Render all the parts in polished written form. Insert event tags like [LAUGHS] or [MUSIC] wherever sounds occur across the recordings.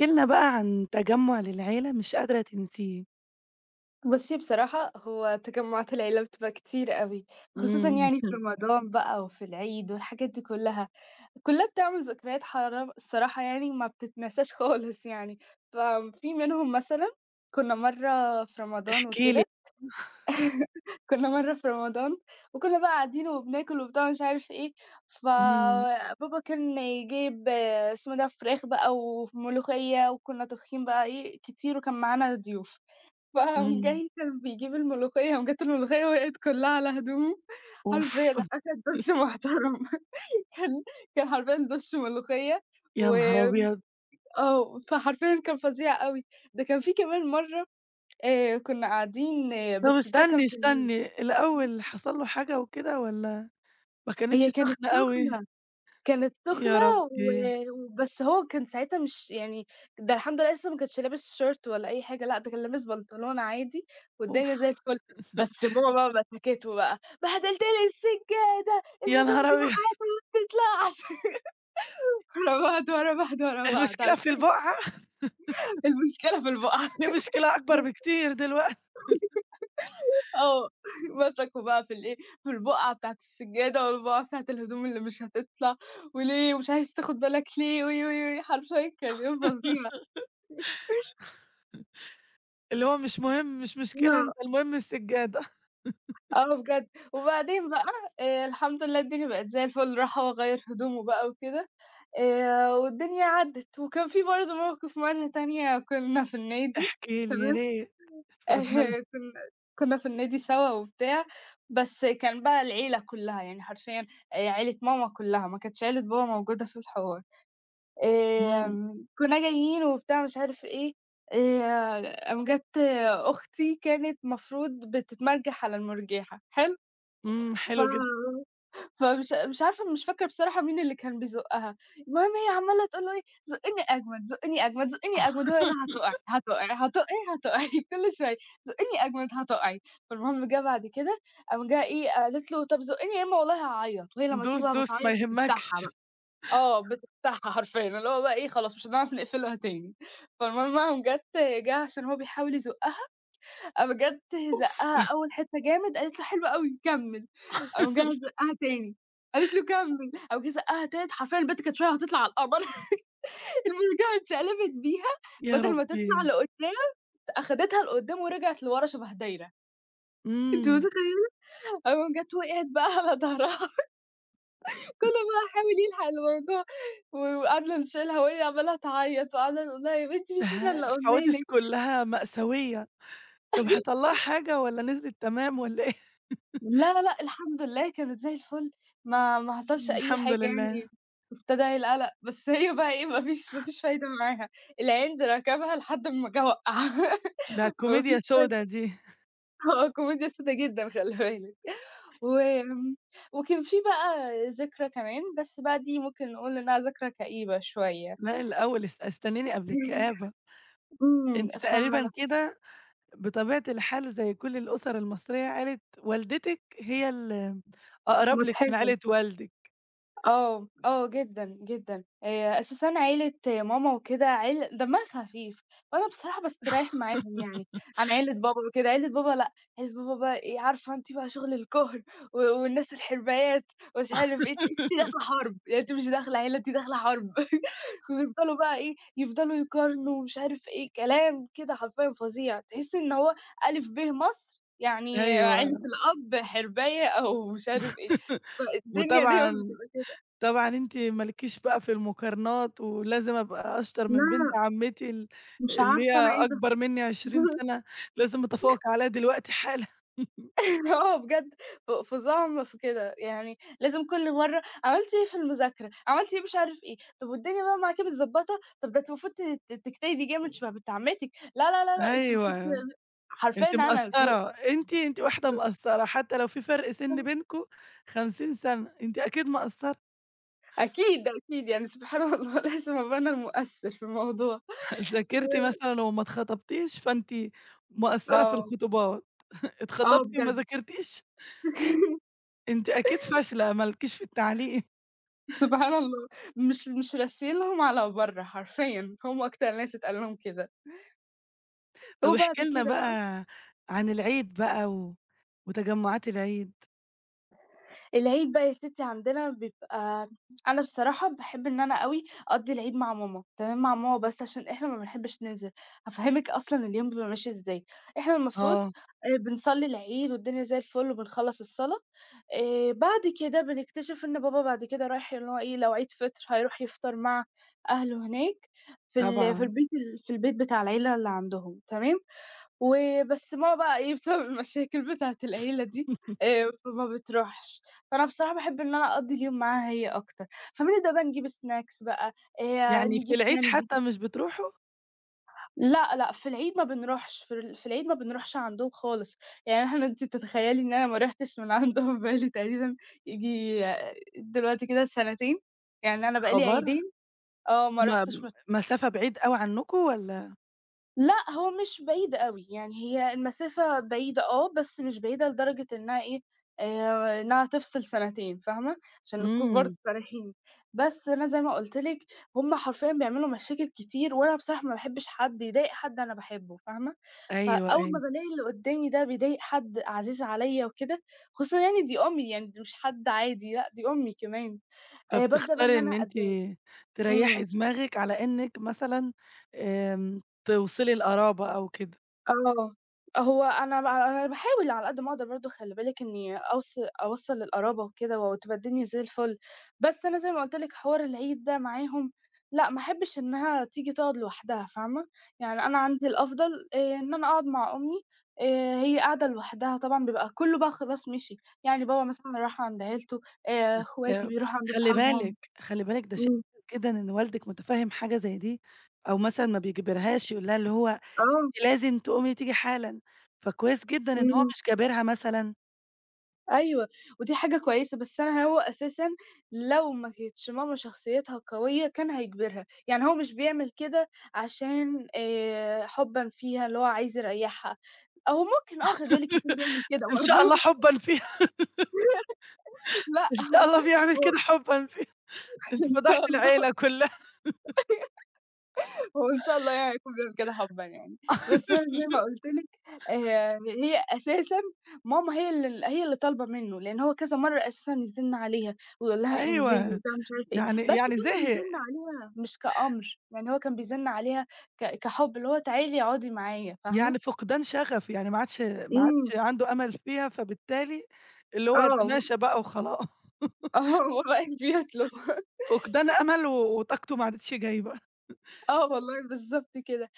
كلمة بقى عن تجمُّع للعيلة مش قادرة تنسيه. بُصّي بصراحة هو تجمُّعات العيلة بتبقى كتير أوي، خصوصًا إمم. يعني في [LAUGHS] رمضان بقى وفي العيد والحاجات دي كلّها، كلّها بتعمل ذكريات حرام الصراحة يعني ما بتتنساش [LAUGHS] خالص يعني، ففي منهم مثلًا كُنّا مرّة في رمضان احكِ لي. وكده، كُنّا مرّة في رمضان وكُنّا بقى قاعدين وبناكل وبتاع ومش عارف إيه، إمم. فبابا كان جايب اسمه ده فراخ بقى وملوخية وكُنّا طابخين بقى إيه كتير وكان معانا ضيوف. فقام إمم. جاي كان بيجيب الملوخية، قام جات الملوخية وقعت كلّها على هدومه، أوف! حرفيًا أخَد دُش محترم. [LAUGHS] كان كان حرفيًا دُش ملوخية يا نهار وآمم أبيض! آه، فحرفيًا كان فظيع أوي. ده كان في كمان مرّة، كنا قاعدين آه، طَب بس ده كان استني، في النيل، استني، الأول حصل له حاجة وكده والّا ما كانتش هي كانت سخنة أوي؟ سخنة. كانت سخنة يا و ربي! وبس هو كان ساعتها مش يعني، ده الحمد لله لسه ما كانش لابس شيرت ولا أي حاجة، لأ ده كان لابس بنطلون عادي والدنيا أوف! زي الفل، بس [LAUGHS] ماما بقى مسكته بقى، بهدلت لي السجادة، يا نهار الهدوم دي أبيض! وقعت [LAUGHS] وما بتطلعش. [LAUGHS] ورا بعض، ورا بعض، ورا بعض، المشكلة في عارفين البُقعة؟ المشكلة في البقعة. دي مشكلة أكبر [LAUGHS] بكتير دلوقتي. آه، مسكوا بقى في الإيه، في البقعة بتاعة السجادة والبقعة بتاعة الهدوم اللي مش هتطلع، وليه ومش عايز تاخد بالك ليه، وي، وي، وي، حرفيًا كان يوم فظيع. [LAUGHS] اللي هو مش مهم، مش مشكلة أنت، المهم السجادة. [LAUGHS] آه بجد، وبعدين بقى الحمد لله الدنيا بقت زي الفل، راح هو غيّر هدومه بقى وكده، والدنيا عدّت. وكان في برضه موقف مرّة تانية كنا في النادي، احكي لي يا تمام. ريت، [LAUGHS] اتفضلي. آآ كنا كنا في النادي سوا وبتاع، بس كان بقى العيلة كُلّها، يعني حرفيًا عيلة ماما كُلّها، ما كانتش عيلة بابا موجودة في الحوار. إمم. كنا جايين وبتاع مش عارف إيه، قام جات أختي كانت مفروض بتتمرجح على المُرجحة، حلو؟ إمم، حلو جدًا. ف فمش مش عارفة مش فاكرة بصراحة مين اللي كان بيزُقّها، المهم هي عمّالة تقول له إيه: "زُقّني أجمد، زُقّني أجمد، زُقّني أجمد." هو يقول لها: [LAUGHS] "هتُقعي، هتُقعي، هتُقعي، هتُقعي." [LAUGHS] كل شوية "زُقّني أجمد، هتُقعي." فالمهم جه بعد كده قام جه إيه، قالت له: "طب زُقّني يا إمّا والله هاعيّط." وهي لمّا تيجي دوس، بقى دوس، ما بتعيّط يهمكش. بتفتحها بقى، آه بتفتحها حرفيًا، اللي هو بقى إيه خلاص مش هنعرف نقفلها تاني. فالمهم قام جات جه عشان هو بيحاول يزُقّها قام بجد زقّها أول حتّة جامد، قالت له: "حلو أوي كمّل." قام جه زقّها تاني، قالت له: "كمّل." قام جه زقّها تالت، حرفيًا البت كانت شوية هتطلع على القمر. [LAUGHS] المرجحة اتشقلبت بيها يا بدل ما تطلع ربي! لقدّام، أخدتها لقدّام ورجعت لورا شبه دايرة، أنتِ إمم. متخيّلة؟ قام جات وقعت بقى على ضهرها، كُلّه بقى حاول [LAUGHS] يلحق الموضوع و وقعدنا نشيلها وهي عمّالة تعيّط وقعدنا نقول لها: "يا بنتي مش إحنا ده اللي قُلنا الحوادث لِك." كلّها مأساوية. طب حصل لها حاجة والّا نزلِت تمام والّا إيه؟ [LAUGHS] لا، لا، لأ، الحمد لله كانت زي الفل، ما حصلش إمم، أي الحمد حاجة يعني لله. تستدعي القلق، بس هي بقى إيه، ما فيش فايدة معاها، العند ركبها لحد أمّا جه وقّعها، ده فما [LAUGHS] كوميديا فيش فايدة، سودا دي. آه، كوميديا سودا جدًا خلّي بالك. وآمم، وكان في بقى ذكرى كمان، بس بقى دي ممكن نقول إنها ذكرى كئيبة شوية. لأ، الأول استنيني قبل [LAUGHS] الكآبة. إمم، أنتِ تقريبًا فمضحكة. كده بطبيعة الحال زي كل الأسر المصرية، عيلة والدتِك هي أقرب لِك من عيلة والدِك. آه، آه جدًا، جدًا، أساسًا عيلة ماما وكده عيل دمها خفيف، وأنا بصراحة باستريّح معاهم يعني عن عيلة بابا وكده، عيلة بابا لأ، عيلة بابا بقى إيه عارفة أنتِ بقى شغل الكُهْر و والناس الحربايات ومش عارف إيه، تحسّي أنتِ داخلة [LAUGHS] حرب، يعني أنتِ مش داخلة عيلة أنتِ داخلة حرب. [LAUGHS] ويفضلوا بقى إيه، يفضلوا يقارنوا ومش عارف إيه، كلام كده حرفيًا فظيع، تحسّي إن هو ألِف ب مصر، يعني أيوه. عيلة الأب حرباية أو مش عارف إيه، [LAUGHS] الدنيا دايمًا وطبعًا، بتبقى طبعًا أنتِ ما لكيش بقى في المقارنات، ولازم أبقى أشطر من كده. بنت عمتي مش اللي هي عارفة أنا إيه ده. أكبر مني 20 [LAUGHS] سنة، لازم أتفوق عليها دلوقتي حالًا. [LAUGHS] آه بجد، فظاعة في كده، يعني لازم كل مرّة عملتِ إيه في المذاكرة، عملتِ إيه مش عارف إيه، طب والدنيا بقى معاكِ متضبّطة، طب ده أنتِ المفروض ت ت تجتهدي جامد شبه بنت عمتِك، لا، لا، لا، لأ أنتِ المفروض ت، أيوه، حرفيًا أنتِ أنا اللي مقصّرة، اتضايقت، أنتِ واحدة مقصّرة، حتى لو في فرق سِن بينكم 50 سنة، أنتِ أكيد مقصّرة. أكيد، ده أكيد يعني سبحان الله. [LAUGHS] لازم أبقى أنا المؤثر في الموضوع، [LAUGHS] ذاكرتِ مثلًا وما اتخطبتيش، فأنتِ مقصّرة في آه، الخطوبات، آه اتخطبتِ وما بجد. ذاكرتيش، [LAUGHS] أنتِ أكيد فاشلة ما لكيش في التعليم. سبحان الله، مش راسيين لهم على برّه حرفيًا، هم أكتر ناس اتقال لهم كده، طب وبعد احكِ لنا كده بقى بقى عن العيد بقى و وتجمُّعات العيد. العيد بقى يا ستي عندنا بيبقى [TSK] أنا بصراحة باحب إن أنا أوي أقضّي العيد مع ماما، تمام، مع ماما بس عشان إحنا ما بنحبش ننزل، هافهّمِك أصلًا اليوم بيبقى ماشي إزاي، إحنا المفروض آه، بنصلّي العيد والدنيا زي الفل وبنخلّص الصلاة، بعد كده بنكتشف إن بابا بعد كده رايح اللي هو إيه، لو عيد فِطر هيروح يفطر مع أهله هناك في ال في طبعًا. البيت ال في البيت بتاع العيلة اللي عندهم، تمام. وبس ماما بقى إيه بسبب المشاكل بتاعة العيلة دي، [LAUGHS] فما بتروحش، فأنا بصراحة باحب إن أنا أقضّي اليوم معاها هي أكتر، فبنبدأ بقى نجيب snacks بقى، يعني في نجيب العيد candy. حتى مش بتروحوا؟ لأ، لأ، في العيد ما بنروحش، في العيد ما بنروحش عندهم خالص، يعني إحنا أنتِ تتخيّلي إن أنا ما رُحتش من عندهم [LAUGHS] بقى لي تقريبًا ييجي دلوقتي كده سنتين، يعني أنا يا بقى لي خبر! عيدين آه، ما ما رُحتش من. مسافة بعيد أوي عنّكم والّا. لأ، هو مش بعيد أوي، يعني هي المسافة بعيدة آه، بس مش بعيدة لدرجة إنها إيه، إنها تفصل سنتين فاهمة؟ عشان نكون برضه إمم. صريحين. بس أنا زي ما قُلت لِك هم حرفيًا بيعملوا مشاكل كتير، وأنا بصراحة ما باحبش حد يضايق حد أنا باحبه فاهمة؟ أيوه، فأول ما أيوه. بالاقي اللي قدّامي ده بيضايق حد عزيز عليّا وكده، خصوصًا يعني دي أمي، يعني دي مش حد عادي لأ، دي أمي كمان، بابدأ بقى إن فبتختاري أنا إن أنتِ أتضايق. تريّحي إمم. دماغِك على إنِّك مثلًا، توصِلي القرابة أو كده. آه. هو أنا باحاول على قد ما أقدر برضه خلّي بالِك إنّي أوصّل للقرابة وكده وتبقى الدنيا زي الفُل، بس أنا زي ما قُلت لِك حوار العيد ده معاهم. لأ، ما احبّش إنّها تيجي تقعد لوحدها فاهمة، يعني أنا عندي الأفضل إن أنا أقعد مع أمي، هي قاعدة لوحدها طبعًا بيبقى كُلّه بقى خلاص مشي، يعني بابا مثلًا راح عند عيلته، إخواتي آآ، بيروحوا عند خلّي أصحابهم، بالِك، خلّي بالِك، ده شيء إمم، كويس جدًا إن والدِك مُتفهِّم حاجة زي دي، أو مثلًا ما بيجبرهاش، يقول لها اللي هو آه، لازم تقومي تيجي حالًا. فكويس جدًا إن هو إمم. مش جابرها مثلًا. أيوه، ودي حاجة كويسة، بس أنا هو أساسًا لو ما كانتش ماما شخصيتها قوية كان هيجبرها، يعني هو مش بيعمل كده عشان حُبًا فيها اللي هو عايز يريّحها، أو ممكن آه خلي بالِك يكون بيعمل كده إن شاء الله برضه. حُبًا فيها. [LAUGHS] [LAUGHS] لأ، إن شاء الله بيعمل هو كده حُبًا فيها. أنتِ إن فضحتِ شاء الله. العيلة كلها. هو إن شاء الله يعني هيكون بيعمل كده حبًا يعني، بس أنا زي ما قُلت لِك هي أساسًا ماما هي اللي هي اللي طالبة منه، لإن هو كذا مرّة أساسًا يزِّن عليها ويقول لها انزلي أيوه. وبتاع مش عارفة إيه، يعني بس يعني كان زهق. بيزِّن عليها مش كأمر، يعني هو كان بيزِّن عليها كحُب، اللي هو تعالي اقعدي معايا، يعني فاهمة؟ فقدان شغف، يعني ما عادش ما إمم، عادش عنده أمل فيها، فبالتالي اللي هو آه، [LAUGHS] تماشى بقى وخلا. [LAUGHS] آه، هو بقى بيطلب. [LAUGHS] فقدان أمل و وطاقته ما عادتش جايبة. آه والله بالضبط كده.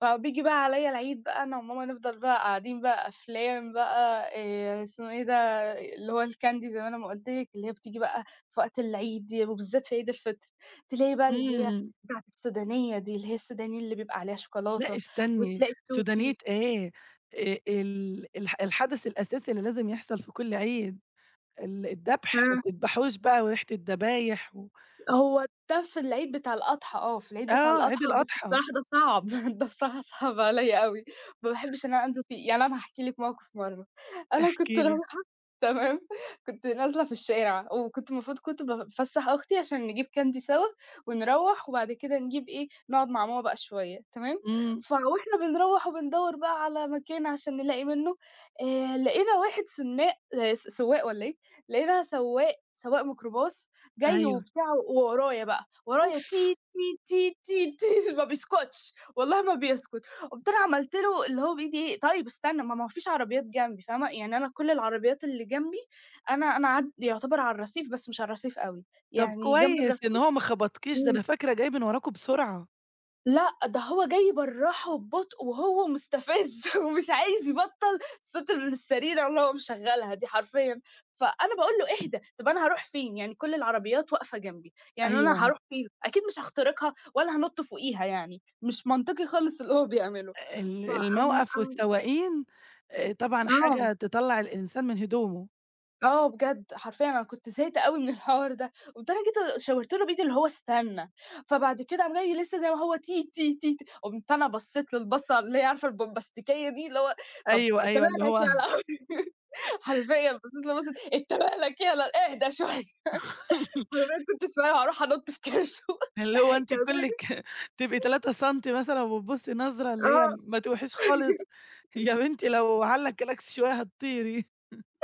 فبييجي بقى عليَّ العيد بقى أنا وماما نفضل بقى قاعدين بقى أفلام بقى، اسمه إيه ده، اللي هو الكاندي زي ما أنا ما قُلت لِك، اللي هي بتيجي بقى في وقت العيد دي، وبالذات في عيد الفطر، تلاقي بقى اللي هي إمم. بتاعة السودانية دي، اللي هي السوداني اللي بيبقى عليها لأ، شوكولاتة، استني. وتلاقي سودانية التوفي. إيه؟ ال الح الحدث الأساسي اللي لازم يحصل في كل عيد. الدبح، ما آه. بتدبحوش بقى وريحة الدبايح و، هو ده في العيد بتاع الأضحى آه، في العيد بتاع آه، الأضحى، عيد بس الأضحى. بصراحة ده صعب، [LAUGHS] ده بصراحة صعب عليّا أوي، ما باحبش إن أنا أنزل فيه. يعني أنا هاحكي لِك موقف مرّة، أنا احكِ كنت لي. رايحة. [LAUGHS] تمام، كنت نازلة في الشارع وكنت المفروض كنت بافسّح أختي عشان نجيب كاندي سوا ونروّح وبعد كده نجيب إيه، نقعد مع ماما بقى شوية تمام، إمم. وإحنا بنروّح وبندوّر بقى على مكان عشان نلاقي منّه، لقينا واحد سنّاق س سواق والّا إيه، لقينا سواق ميكروباص جاي أيوه. وبتاع وورايا بقى، ورايا أوف! تيت، تيت، تيت، تيت، تيت، [LAUGHS] ما بيسكتش، والله ما بيسكت. قُمت أنا عملت له اللي هو بإيدي إيه، طيب استنى ما فيش عربيات جنبي فاهمة، يعني أنا كل العربيات اللي جنبي، أنا عد يعتبر على الرصيف بس مش على الرصيف أوي، طب يعني جنب كويس إن الرصيف. هو ما خبطكيش، ده إمم. أنا فاكرة جاي من وراكم بسرعة. لأ، ده هو جاي يبرّحه ببطء وهو مستفز [LAUGHS] ومش عايز يبطّل صوت السيريرة اللي هو مشغّلها دي حرفيًا، فأنا باقول له: "اهدى، طب أنا هاروح فين؟ يعني كل العربيات واقفة جنبي، يعني أيوه، أنا هاروح فين؟ أكيد مش هاخترقها ولا هانُط فوقيها يعني." مش منطقي خالص اللي هو بيعمله. الموقف قام، والسواقين. طبعًا آه. حاجة تطلّع الإنسان من هدومه. آه بجد، حرفيًا أنا كنت زهقت أوي من الحوار ده، قمت أنا جيت شاورت له بإيدي اللي هو استنى، فبعد كده قام جاي لسه زي ما هو تي، تي، تي، ت، قمت أنا بصّيت له البصّة اللي هي عارفة البومباستيكية دي اللي هو طَب أيوه، أنت أيوه، اللي مالك هو. يالا. [LAUGHS] حرفيًا بصّيت له بصّة أنت مالك يالا اهدى شوية، [LAUGHS] حرفيًا كنت شوية وهاروح أنُط في كرشه. اللي [LAUGHS] هو أنتِ كانت كُلِّك. حاجة [LAUGHS] تبقي 3 سنتي مثلًا وبتبُصي نظرة اللي هي آه. ما توحيش خالص. [LAUGHS] يا بنتي، لو علّق كلاكس شوية هتطيري.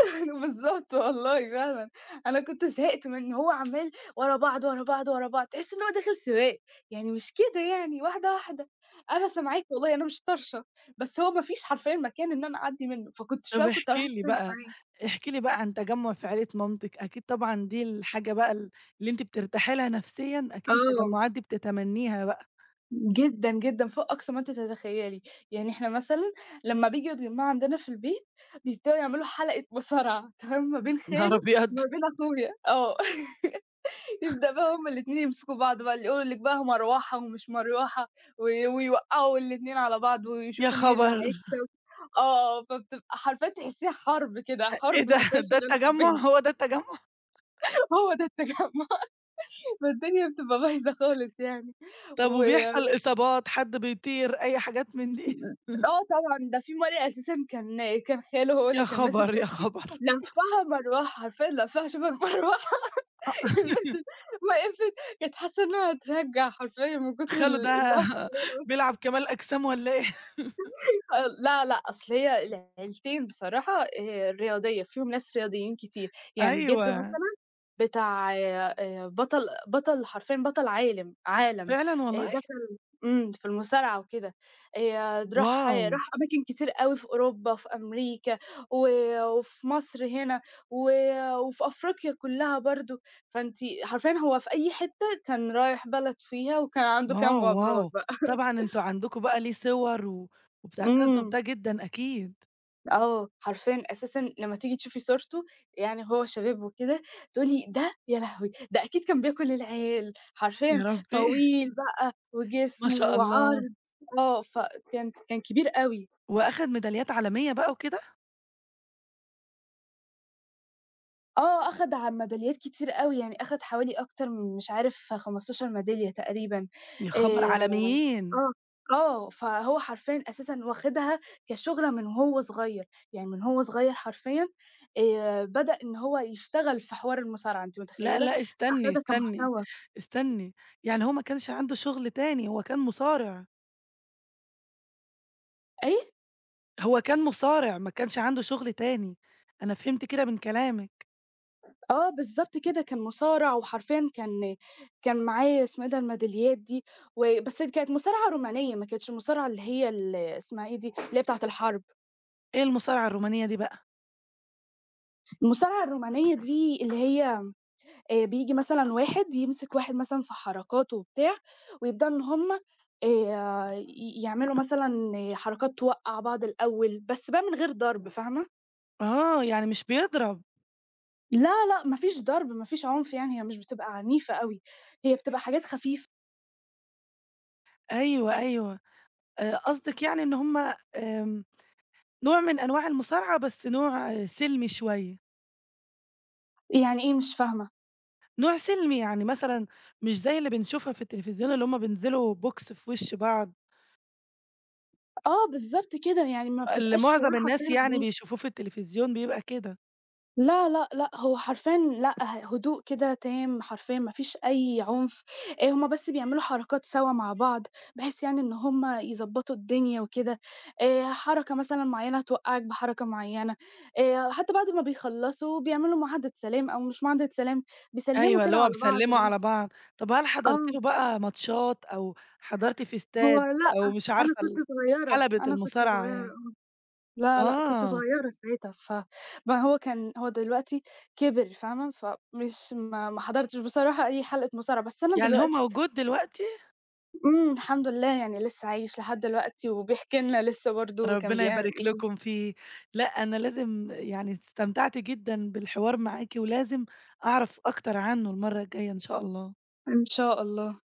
[LAUGHS] بالضبط والله فعلًا، أنا كنت زهقت من إن هو عمّال ورا بعض، ورا بعض، ورا بعض، تحس إن هو داخل سباق، يعني مش كده يعني واحدة، واحدة، أنا سامعاك والله أنا مش طرشة، بس هو ما فيش حرفيًا مكان إن أنا أعدّي منه، فكنت شوية طب وكنت أروح احكي لي أتخانق بقى، معاه. احكي لي بقى عن تجمُّع في عيلة مامتِك، أكيد طبعًا دي الحاجة بقى اللي أنتِ بترتاحي لها نفسيًا، أكيد آه، التجمُّعات دي بتتمنّيها بقى. جدًا، جدًا، فوق أقصى ما أنتِ تتخيّلي، يعني إحنا مثلًا لمّا بييجوا يتجمعوا عندنا في البيت، بيبدأوا يعملوا حلقة مصارعة تمام، ما بين [LAUGHS] نهار خاله أبيض! وما بين أخويا، آه. [LAUGHS] يبدأ بقى هُم الاتنين يمسكوا بعض بقى، اللي يقول لِك بقى مروحة ومش مروحة و ويوقّعوا الاتنين على بعض يا ويشوفوا مين اللي خبر! هيكسب. آه، فبتبقى حرفيًا تحسّيها حَرب كده، إيه حَرب ده، [LAUGHS] حرفيًا ده شغالة في التجمُّع، البيت. هو ده التجمُّع! [LAUGHS] هو ده التجمُّع. [LAUGHS] فالدنيا بتبقى بايظة خالص يعني. طب و وبيحصل إصابات، حد بيطير، أي حاجات من دي؟ [LAUGHS] آه طبعًا، ده في مرّة أساسًا كان خاله هو اللي يا كان ماسك خبر، يا أختي، خبر! لفّها مروحة، حرفيًا لفّها شبه المروحة. أ [LAUGHS] [UNINTELLIGIBLE] وقفت، كانت حاسّة إنها هترجّع حرفيًا من كتر خالو ده اللَّف [LAUGHS] اللي هي، بيلعب كمال أجسام والّا إيه؟ [LAUGHS] لا، لأ، أصل هي العيلتين بصراحة رياضية، فيهم ناس رياضيين كتير، يعني جِدّو أيوه، مثلًا بتاع، بطل، حرفيًا بطل عالم، فعلًا والله! دخل، إمم، في المصارعة وكده، د راح واو! آه، راح أماكن كتير أوي في أوروبا، في أمريكا، و وفي مصر هنا، و وفي أفريقيا كلّها برضه، فأنتِ حرفيًا هو في أي حتّة كان رايح بلد فيها، وكان عنده فيها واو، مغامرات واو! بقى. طبعًا أنتم عندكم بقى ليه صور و [LAUGHS] وبتعتزّوا إمم. بده جدًا أكيد. آه، حرفيًا أساسًا لمّا تيجي تشوفي صورته، يعني هو شباب وكده، تقولي ده يا لهوي! ده أكيد كان بياكل العيال، يا حرفيًا ربي. [LAUGHS] طويل بقى ما وجسم شاء الله. وعرض، آه، فكان كبير أوي. وأخد ميداليات عالمية بقى وكده؟ آه، أخد ع ميداليات كتير أوي، يعني أخد حوالي أكتر من مش عارف 15 ميدالية تقريبًا، يا خبر، آآ عالميين! آه، آه، فهو حرفيًا أساسًا واخدها كشُغلة من وهو صغير، يعني من هو صغير حرفيًا بدأ إن هو يشتغل في حوار المصارعة، أنتِ لأ، متخيّلة؟ لأ، استني، أخدها استني، كمحتوى استني. يعني هو ما كانش عنده شغل تاني، هو كان مصارع؟ أي هو كان مصارع ما كانش عنده شغل تاني، أنا فهمت كده من كلامِك. آه، بالضبط كده، كان مصارع وحرفيًا كان معاه اسمه إيه ده الميداليات دي، و بس كانت مصارعة رومانية، ما كانتش المصارعة اللي هي ال اسمها إيه دي، اللي هي بتاعة الحرب، إيه المصارعة الرومانية دي بقى؟ المصارعة الرومانية دي اللي هي بييجي مثلًا واحد يمسك واحد مثلًا في حركاته وبتاع، ويبدأوا إن هُم ي يعملوا مثلًا آه، حركات توقّع بعض الأول، بس بقى من غير ضرب فاهمة؟ آه، يعني مش بيضرب. لا، لأ، ما فيش ضرب، ما فيش عنف يعني، هي مش بتبقى عنيفة أوي، هي بتبقى حاجات خفيفة. أيوه، أيوه. قصدِك يعني إن هُم، آمم نوع من أنواع المصارعة، بس نوع، آه، سِلمي شوية. يعني إيه مش فاهمة؟ نوع سِلمي، يعني مثلًا مش زي اللي بنشوفها في التلفزيون اللي هُم بينزلوا بوكس في وِش بعض، آه بالضبط كده، يعني ما اللي بتبقاش حوار معظم حرفيًا الناس يعني عنيف. بيشوفوه في التلفزيون بيبقى كده. لا، لأ، لأ، هو حرفيًا لأ، هدوء كده تام حرفيًا ما فيش أي عنف، هُم بس بيعملوا حركات سَوا مع بعض، بحيث يعني إن هُم يضبّطوا الدنيا وكده، حركة مثلًا معيّنة هتوقّعك بحركة معيّنة، حتى بعد ما بيخلّصوا بيعملوا معاهدة سلام أو مش معاهدة سلام، بيسلّموا أيوه، كده اللي هو على بعض بيسلّموا اللي على هو بعض. طَب هل آه، حضرتِ له بقى ماتشات، أو حضرتِ في هو استاد، لأ، أو مش أنا عارفة كنت صغيّرة، حلبة أنا كنت المصارعة صغيّرة. يعني؟ لا، لأ، كنت آه، صغيّرة ساعتها، ف ما هو كان هو دلوقتي كِبِر فاهمة، فمش ما حضرتش بصراحة أي حلقة مصارعة، بس أنا يعني هو دلوقتي موجود دلوقتي؟ إمم، الحمد لله يعني لسه عايش لحد دلوقتي وبيحكي لنا لسه برضه كان ربنا بيعمل يبارك إيه، لكم فيه. لأ، أنا لازم، يعني استمتعت جدًا بالحوار معاكِ، ولازم أعرف أكتر عنه المرّة الجاية إن شاء الله. إن شاء الله.